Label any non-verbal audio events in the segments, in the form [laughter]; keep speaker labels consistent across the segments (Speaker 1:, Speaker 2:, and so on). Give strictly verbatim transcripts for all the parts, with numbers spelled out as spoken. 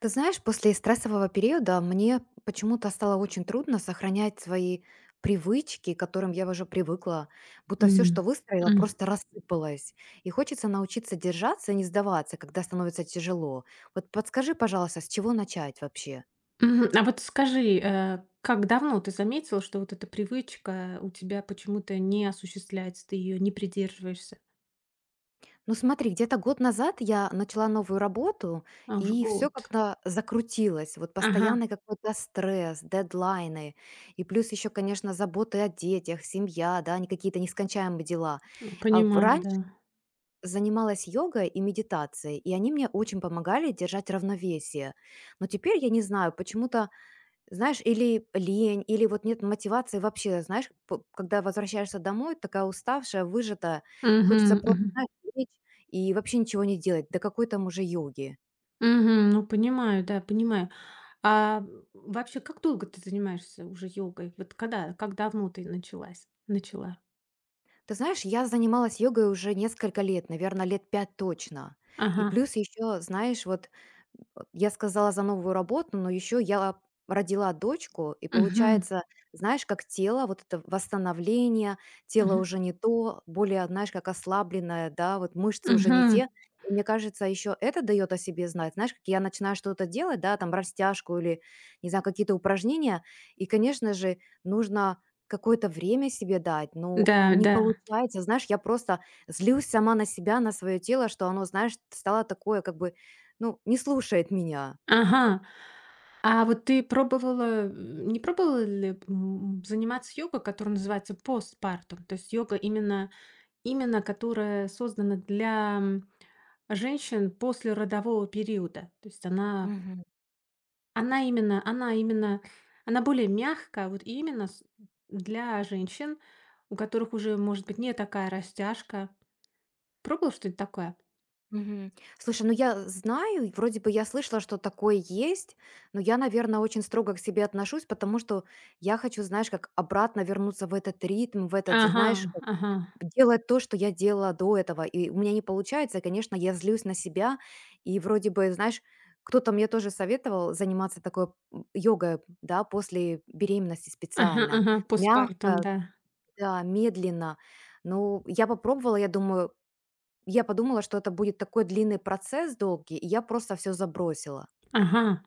Speaker 1: Ты знаешь, после стрессового периода мне почему-то стало очень трудно сохранять свои привычки, к которым я уже привыкла, будто все, что
Speaker 2: М,
Speaker 1: выстроила,
Speaker 2: м.
Speaker 1: просто рассыпалось. И хочется научиться держаться и не сдаваться, когда становится тяжело. Вот подскажи, пожалуйста, с чего начать вообще?
Speaker 2: Мгм. А вот скажи, э, как давно ты заметила, что вот эта привычка у тебя почему-то не осуществляется, ты ее не придерживаешься?
Speaker 1: Ну смотри, где-то год назад я начала новую работу,
Speaker 2: А, уже
Speaker 1: и все
Speaker 2: год.
Speaker 1: как-то закрутилось. Вот
Speaker 2: Ага,
Speaker 1: постоянный какой-то стресс, дедлайны, и плюс еще, конечно, заботы о детях, семья, да, они какие-то нескончаемые дела.
Speaker 2: ну,
Speaker 1: А в
Speaker 2: понимаю,
Speaker 1: раньше
Speaker 2: да.
Speaker 1: занималась йогой и медитацией, и они мне очень помогали держать равновесие. Но теперь я не знаю, почему-то, знаешь, или лень, или вот нет мотивации вообще, знаешь, п- когда возвращаешься домой, такая уставшая, выжатая,
Speaker 2: Мгм,
Speaker 1: хочется
Speaker 2: мгм.
Speaker 1: просто, знаешь, лечь и вообще ничего не делать, до какой там уже йоги.
Speaker 2: Мгм, ну, понимаю, да, понимаю. А вообще, как долго ты занимаешься уже йогой? Вот когда, как давно ты началась, начала?
Speaker 1: Ты знаешь, я занималась йогой уже несколько лет, наверное, лет пять точно. И
Speaker 2: Ага.
Speaker 1: плюс еще, знаешь, вот э, я сказала за новую работу, но еще я родила дочку, и
Speaker 2: Мгм,
Speaker 1: получается, знаешь, как тело, вот это восстановление, тело
Speaker 2: мгм,
Speaker 1: уже не то, более, знаешь, как ослабленное, да, вот мышцы уже не
Speaker 2: мгм.
Speaker 1: те. И мне кажется, еще это дает о себе знать. Знаешь, как я начинаю что-то делать, да, там растяжку или, не знаю, какие-то упражнения, и, конечно же, нужно какое-то время себе дать, но
Speaker 2: Да,
Speaker 1: не
Speaker 2: да.
Speaker 1: получается. Знаешь, я просто злюсь сама на себя, на свое тело, что оно, знаешь, стало такое, как бы, ну, не слушает меня.
Speaker 2: Ага. А вот ты пробовала, м, не пробовала ли, м, заниматься йогой, которая называется постпартум? То есть йога именно, именно которая создана для м, женщин после родового периода. То есть она,
Speaker 1: Мгм.
Speaker 2: она именно, она именно, она более мягкая, вот именно с- для женщин, у которых уже, может быть, не такая растяжка. Пробовал что-нибудь такое?
Speaker 1: Мгм. Слушай, ну я знаю, и вроде бы я слышала, что такое есть, но я, наверное, очень строго к себе отношусь, потому что я хочу, знаешь, как обратно вернуться в этот ритм, в этот,
Speaker 2: Ага,
Speaker 1: знаешь,
Speaker 2: ага,
Speaker 1: делать то, что я делала до этого, и у меня не получается, конечно, я злюсь на себя, и вроде бы, знаешь, кто-то мне тоже советовал заниматься такой м, йогой, да, после беременности
Speaker 2: ага,
Speaker 1: специально.
Speaker 2: ага, постпартум,
Speaker 1: Мягко,
Speaker 2: да.
Speaker 1: да, медленно. Ну, я попробовала, я думаю, я подумала, что это будет такой длинный процесс долгий, и я просто все забросила.
Speaker 2: Ага.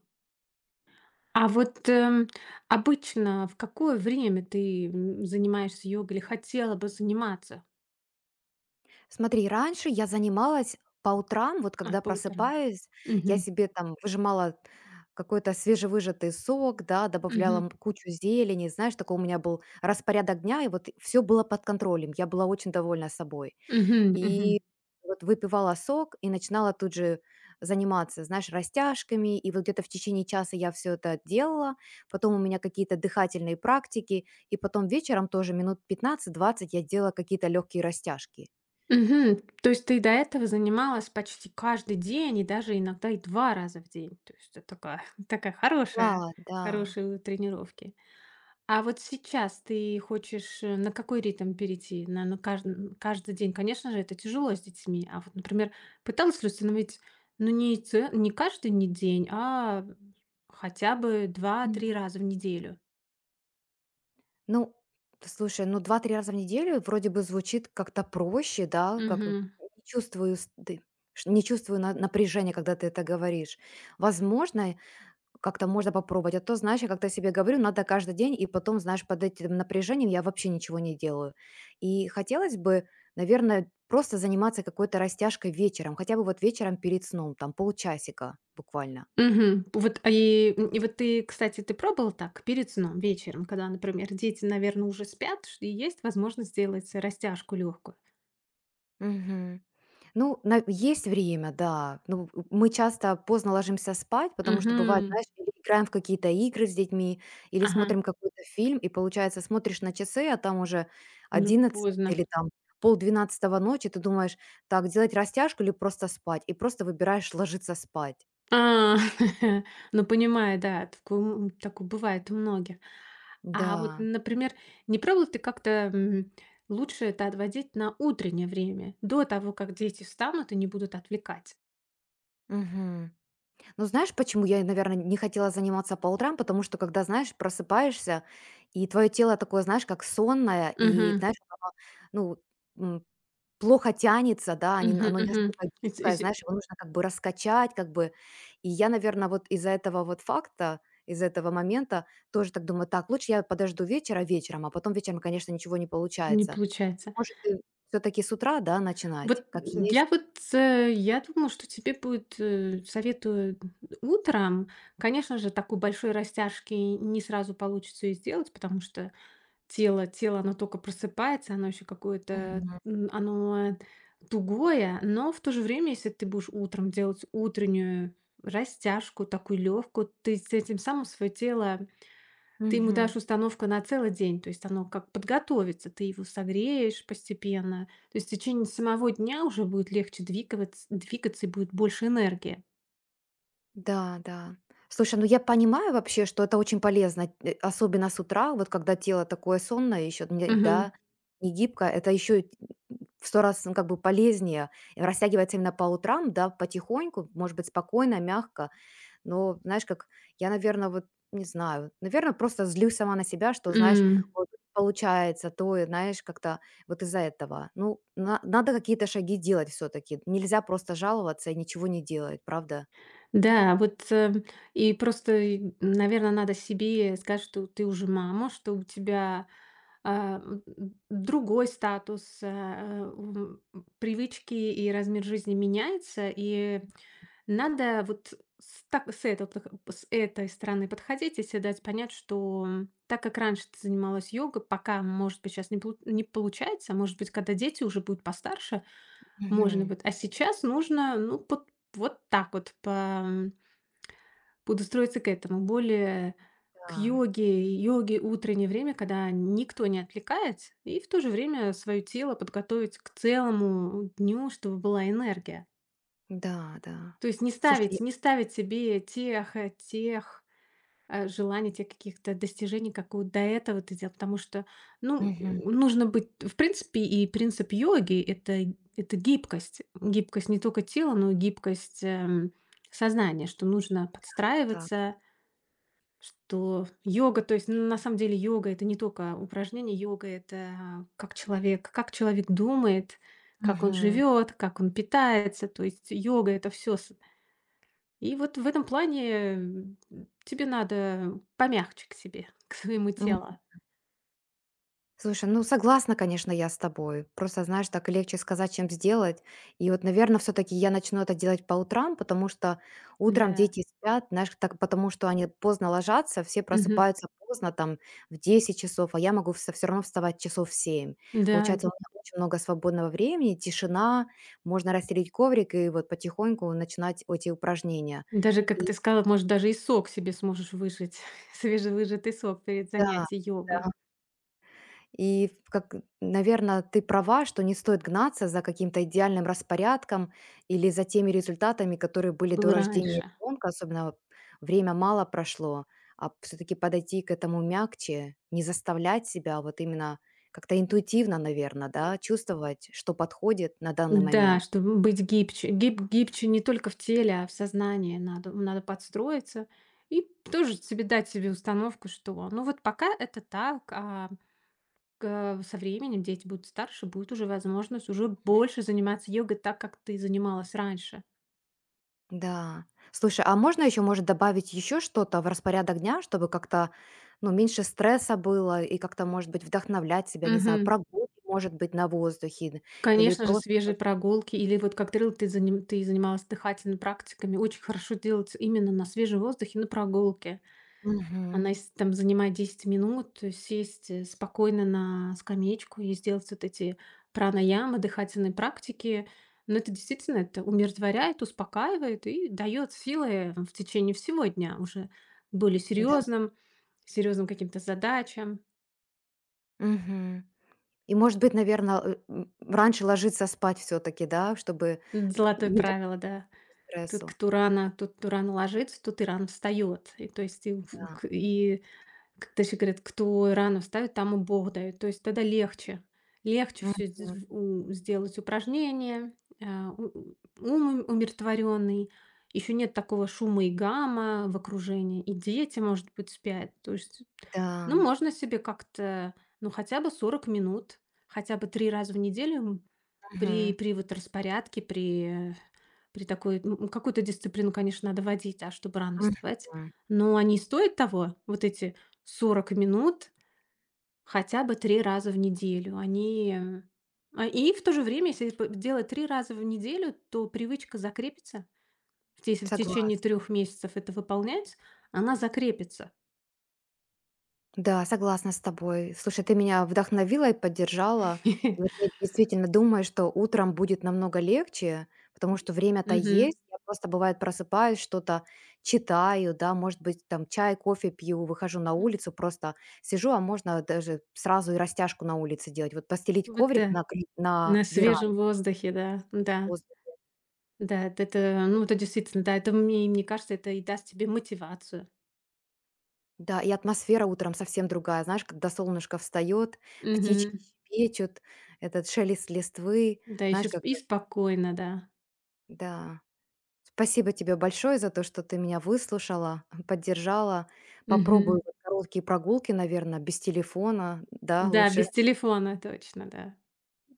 Speaker 2: А вот, эм, обычно в какое время ты, м, занимаешься йогой или хотела бы заниматься?
Speaker 1: Смотри, раньше я занималась по утрам, вот
Speaker 2: А,
Speaker 1: когда
Speaker 2: по утрам.
Speaker 1: просыпаюсь, я
Speaker 2: Мгм.
Speaker 1: себе там выжимала какой-то свежевыжатый сок, да, добавляла
Speaker 2: Мгм.
Speaker 1: м- кучу зелени, знаешь, такой у меня был распорядок дня, и вот все было под контролем, я была очень довольна собой.
Speaker 2: Мгм. Мгм.
Speaker 1: И вот выпивала сок и начинала тут же заниматься, знаешь, растяжками, и вот где-то в течение часа я все это делала, потом у меня какие-то дыхательные практики, и потом вечером тоже минут пятнадцать-двадцать я делала какие-то легкие растяжки.
Speaker 2: Мгм. То есть ты до этого занималась почти каждый день и даже иногда и два раза в день. То есть это такая [laughs] такая
Speaker 1: Да,
Speaker 2: хорошая
Speaker 1: да.
Speaker 2: хорошие тренировки. А вот сейчас ты хочешь, э, на какой ритм перейти? На, на кажд- н- каждый день? Конечно же, это тяжело с детьми. А вот, например, пыталась ли установить, ну, не, ц- не каждый не день, а хотя бы
Speaker 1: М.
Speaker 2: два-три раза в неделю?
Speaker 1: Ну, т слушай, ну два-три раза в неделю вроде бы звучит как-то проще, да, как и
Speaker 2: Мгм.
Speaker 1: не чувствую сты ш не чувствую на напряжения, когда ты это говоришь. Возможно, как-то можно попробовать, а то, знаешь, я как-то себе говорю: "Надо каждый день", и потом, знаешь, под этим напряжением я вообще ничего не делаю. И хотелось бы, наверное, просто заниматься какой-то растяжкой вечером, хотя бы вот вечером перед сном, там полчасика буквально.
Speaker 2: Мгм. Вот, а и, и вот ты, кстати, ты пробовал так перед сном, вечером, когда, например, дети, наверное, уже спят, ш- и есть возможность сделать растяжку легкую.
Speaker 1: Мгм. Ну, на есть время, да. Ну, мы часто поздно ложимся спать, потому что бывает,
Speaker 2: Угу.
Speaker 1: знаешь, или играем в какие-то игры с детьми, или
Speaker 2: Ага.
Speaker 1: смотрим какой-то фильм, и получается, смотришь на часы, а там уже
Speaker 2: Уже
Speaker 1: одиннадцать
Speaker 2: поздно.
Speaker 1: или там пол двенадцатого ночи. Ты думаешь: "Так, делать растяжку или просто спать?" И просто выбираешь ложиться спать.
Speaker 2: А, [laughs] ну, понимаю, да, такое, м, такое бывает у многих. А вот,
Speaker 1: Да.
Speaker 2: например, не пробовал ты как-то м, лучше это отводить на утреннее время, до того, как дети встанут и не будут отвлекать?
Speaker 1: Мгм. Ну, знаешь, почему я, наверное, не хотела заниматься по утрам? Потому что, когда, знаешь, просыпаешься, и твое тело такое, знаешь, как сонное, и,
Speaker 2: Мгм.
Speaker 1: знаешь, оно, ну, м, плохо тянется, да, они-
Speaker 2: Мгм.
Speaker 1: оно не
Speaker 2: Мгм.
Speaker 1: настолько
Speaker 2: Ис-
Speaker 1: гибкое,
Speaker 2: ис-
Speaker 1: знаешь, его нужно как бы раскачать, как бы. И я, наверное, вот из-за этого вот факта, из этого момента тоже так думаю, так, лучше я подожду вечера вечером, а потом вечером, конечно, ничего не
Speaker 2: Не
Speaker 1: получается.
Speaker 2: получается.
Speaker 1: Может, все-таки с утра, да, начинать,
Speaker 2: Вот
Speaker 1: как
Speaker 2: я
Speaker 1: есть.
Speaker 2: вот, э, я думаю, что тебе будет, э, советую утром. Конечно же, такой большой растяжки не сразу получится и сделать, потому что Тело тело, оно только просыпается, оно еще какое-то,
Speaker 1: Мгм.
Speaker 2: м, оно тугое, но в то же время, если ты будешь утром делать утреннюю растяжку, такую легкую, ты с этим самым свое тело ты ему
Speaker 1: Мгм.
Speaker 2: дашь установку на целый день, то есть оно как подготовится, ты его согреешь постепенно. То есть в течение самого дня уже будет легче двигаться двигаться и будет больше энергии.
Speaker 1: Да, да. Слушай, ну я понимаю вообще, что это очень полезно, э, особенно с утра, вот когда тело такое сонное, еще
Speaker 2: Мгм.
Speaker 1: да, не гибкое, это еще в сто раз, ну, как бы полезнее. И растягивается именно по утрам, да, потихоньку, может быть, спокойно, мягко, но знаешь, как я, наверное, вот не знаю, наверное, просто злюсь сама на себя, что, знаешь,
Speaker 2: М.
Speaker 1: вот получается, то, и, знаешь, как-то вот из-за этого. Ну, на- надо какие-то шаги делать все-таки. Нельзя просто жаловаться и ничего не делать, правда?
Speaker 2: Да, вот, э, и просто, наверное, надо себе сказать, что ты уже мама, что у тебя, а, м, м, другой статус, а, м, привычки и размер жизни меняется, и надо вот с так с этого пох с этой стороны подходить и се дать понять, что, м, так как раньше ты занималась йогой, пока, может быть, сейчас не полу не получается, может быть, когда дети уже будут постарше, можно
Speaker 1: Мгм.
Speaker 2: будет, а сейчас нужно, ну, пот вот так вот по Буду строиться к этому, более к
Speaker 1: Да.
Speaker 2: йоге, йоге утреннее время, когда никто не отвлекает, и в то же время свое тело подготовить к целому дню, чтобы была энергия.
Speaker 1: Да, да.
Speaker 2: То есть не
Speaker 1: Слушай,
Speaker 2: ставить,
Speaker 1: я.
Speaker 2: не ставить себе тех, э, тех э, желаний, тех каких-то достижений, как вот до этого ты делал, потому что, ну,
Speaker 1: Мгм.
Speaker 2: нужно быть, в принципе, и принцип йоги– это, это, гибкость. Гибкость не только тела, но и гибкость эм, сознания, что нужно
Speaker 1: Да.
Speaker 2: подстраиваться, что йога, то есть, ну, на самом деле, йога- это не только упражнение, йога- это как человек как человек думает, как он
Speaker 1: Мгм.
Speaker 2: живет, как он питается. То есть йога- это все. И вот в этом плане, м, тебе надо помягче к себе, [laughs] к своему
Speaker 1: М.
Speaker 2: телу.
Speaker 1: Слушай, ну согласна, конечно, я с тобой. Просто, знаешь, так легче сказать, чем сделать. И вот, наверное, все-таки я начну это делать по утрам, потому что утром
Speaker 2: Да.
Speaker 1: дети спят, знаешь, так, потому что они поздно ложатся, все
Speaker 2: Мгм.
Speaker 1: просыпаются поздно, там, в десять часов, а я могу все равно вставать часов в семь.
Speaker 2: Да.
Speaker 1: Получается, у меня очень много свободного времени, тишина, можно расстелить коврик и вот потихоньку начинать эти упражнения.
Speaker 2: Даже, как
Speaker 1: И
Speaker 2: ты сказала, может, даже и сок себе сможешь выжать, [laughs] свежевыжатый сок перед
Speaker 1: да,
Speaker 2: занятием йогой.
Speaker 1: да. И, в как, наверно, ты права, что не стоит гнаться за каким-то идеальным распорядком или за теми результатами, которые были до
Speaker 2: Был
Speaker 1: рождения
Speaker 2: раньше.
Speaker 1: ребенка, особенно вот время мало прошло, а все-таки подойти к этому мягче, не заставлять себя, а вот именно как-то интуитивно, наверное, да, чувствовать, что подходит на данный
Speaker 2: Да,
Speaker 1: момент.
Speaker 2: чтобы быть гибче. Гиб гибче не только в теле, а в сознании надо. Надо подстроиться и тоже себе дать себе установку, что ну вот пока это так, а к со временем дети будут старше, будет уже возможность уже больше заниматься йогой так, как ты занималась раньше.
Speaker 1: Да. Слушай, а можно еще, может, добавить еще что-то в распорядок дня, чтобы как-то, ну, меньше стресса было и как-то, может быть, вдохновлять себя, не знаю,
Speaker 2: Мгм.
Speaker 1: прогулки, может быть, на воздухе или
Speaker 2: Конечно же,
Speaker 1: просто.
Speaker 2: свежие прогулки или вот как ты говорила, ты заним ты занималась дыхательными практиками. Очень хорошо делать именно на свежем воздухе, на прогулке.
Speaker 1: Мгм.
Speaker 2: Она если там занимает десять минут, то есть сесть, э, спокойно на скамеечку и сделать вот эти пранаямы, дыхательные практики. Но это действительно это умиротворяет, успокаивает и дает силы в течение всего дня уже к более
Speaker 1: Да.
Speaker 2: серьезным, серьезным каким-то задачам.
Speaker 1: Мгм. И, может быть, наверное, раньше ложиться спать все-таки, да, чтобы
Speaker 2: Золотое
Speaker 1: не давать
Speaker 2: правило, да. Тут
Speaker 1: стрессу.
Speaker 2: кто рано, тут кто рано ложится, тут и рано встает. И то есть и, в-
Speaker 1: Да.
Speaker 2: к- и Как даже говорят: "Кто рано встаёт, тому Бог дает". То есть тогда легче легче все
Speaker 1: Мгм.
Speaker 2: сделать упражнения, а, у ум умиротворенный, еще нет такого шума и гамма в окружении, и дети, может быть, спят. То есть,
Speaker 1: Да.
Speaker 2: ну, можно себе как-то, ну, хотя бы сорок минут, хотя бы три раза в неделю, м, при
Speaker 1: Мгм.
Speaker 2: при вот распорядке, при при такой, ну, м, какую-то дисциплину, конечно, надо вводить, да, чтобы рано вставать.
Speaker 1: Мгм.
Speaker 2: Но они стоят того, вот эти сорок минут хотя бы три раза в неделю. Они, э, а, и в то же время, если п делать три раза в неделю, то привычка закрепится. В те если в течение
Speaker 1: Согласна.
Speaker 2: трех месяцев это выполнять, она закрепится.
Speaker 1: Да, согласна с тобой. Слушай, ты меня вдохновила и поддержала. И вот я
Speaker 2: [laughs]
Speaker 1: действительно думаю, что утром будет намного легче, потому что время-то
Speaker 2: Мгм.
Speaker 1: есть. Я просто, бывает, просыпаюсь, что-то читаю, да, может быть, там чай, кофе пью, выхожу на
Speaker 2: Мгм.
Speaker 1: улицу, просто сижу, а можно даже сразу и растяжку на улице делать. Вот постелить
Speaker 2: Вот
Speaker 1: коврик
Speaker 2: да.
Speaker 1: на, кри-
Speaker 2: На
Speaker 1: на веранде.
Speaker 2: свежем воздухе, да, да,
Speaker 1: Возле.
Speaker 2: да, это, это, ну, это действительно, да, это мне мне кажется, это и даст тебе мотивацию.
Speaker 1: Да, и атмосфера утром совсем другая. Знаешь, когда солнышко встает, птички щебечут, этот шелест листвы,
Speaker 2: Да,
Speaker 1: знаешь,
Speaker 2: еще
Speaker 1: как...
Speaker 2: и
Speaker 1: э,
Speaker 2: спокойно, да.
Speaker 1: Да. Спасибо тебе большое за то, что ты меня выслушала, [laughs] поддержала.
Speaker 2: Мгм.
Speaker 1: Попробую вот короткие прогулки, наверное, без телефона, да,
Speaker 2: Да,
Speaker 1: лучше,
Speaker 2: без телефона, точно, да.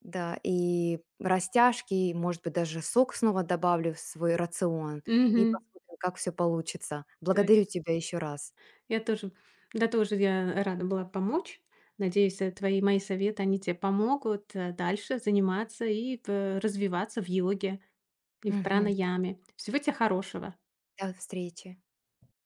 Speaker 1: да, и растяжки, и, может быть, даже сок снова добавлю в свой рацион и
Speaker 2: Мгм.
Speaker 1: посмотрим, как все получится. Благодарю
Speaker 2: Точно.
Speaker 1: тебя еще раз.
Speaker 2: Я тоже да, тоже я рада была помочь. Надеюсь, э, твои мои советы, они тебе помогут, э, дальше заниматься и п развиваться в йоге и в
Speaker 1: Мгм.
Speaker 2: пранаяме. Всего тебе хорошего.
Speaker 1: До встречи.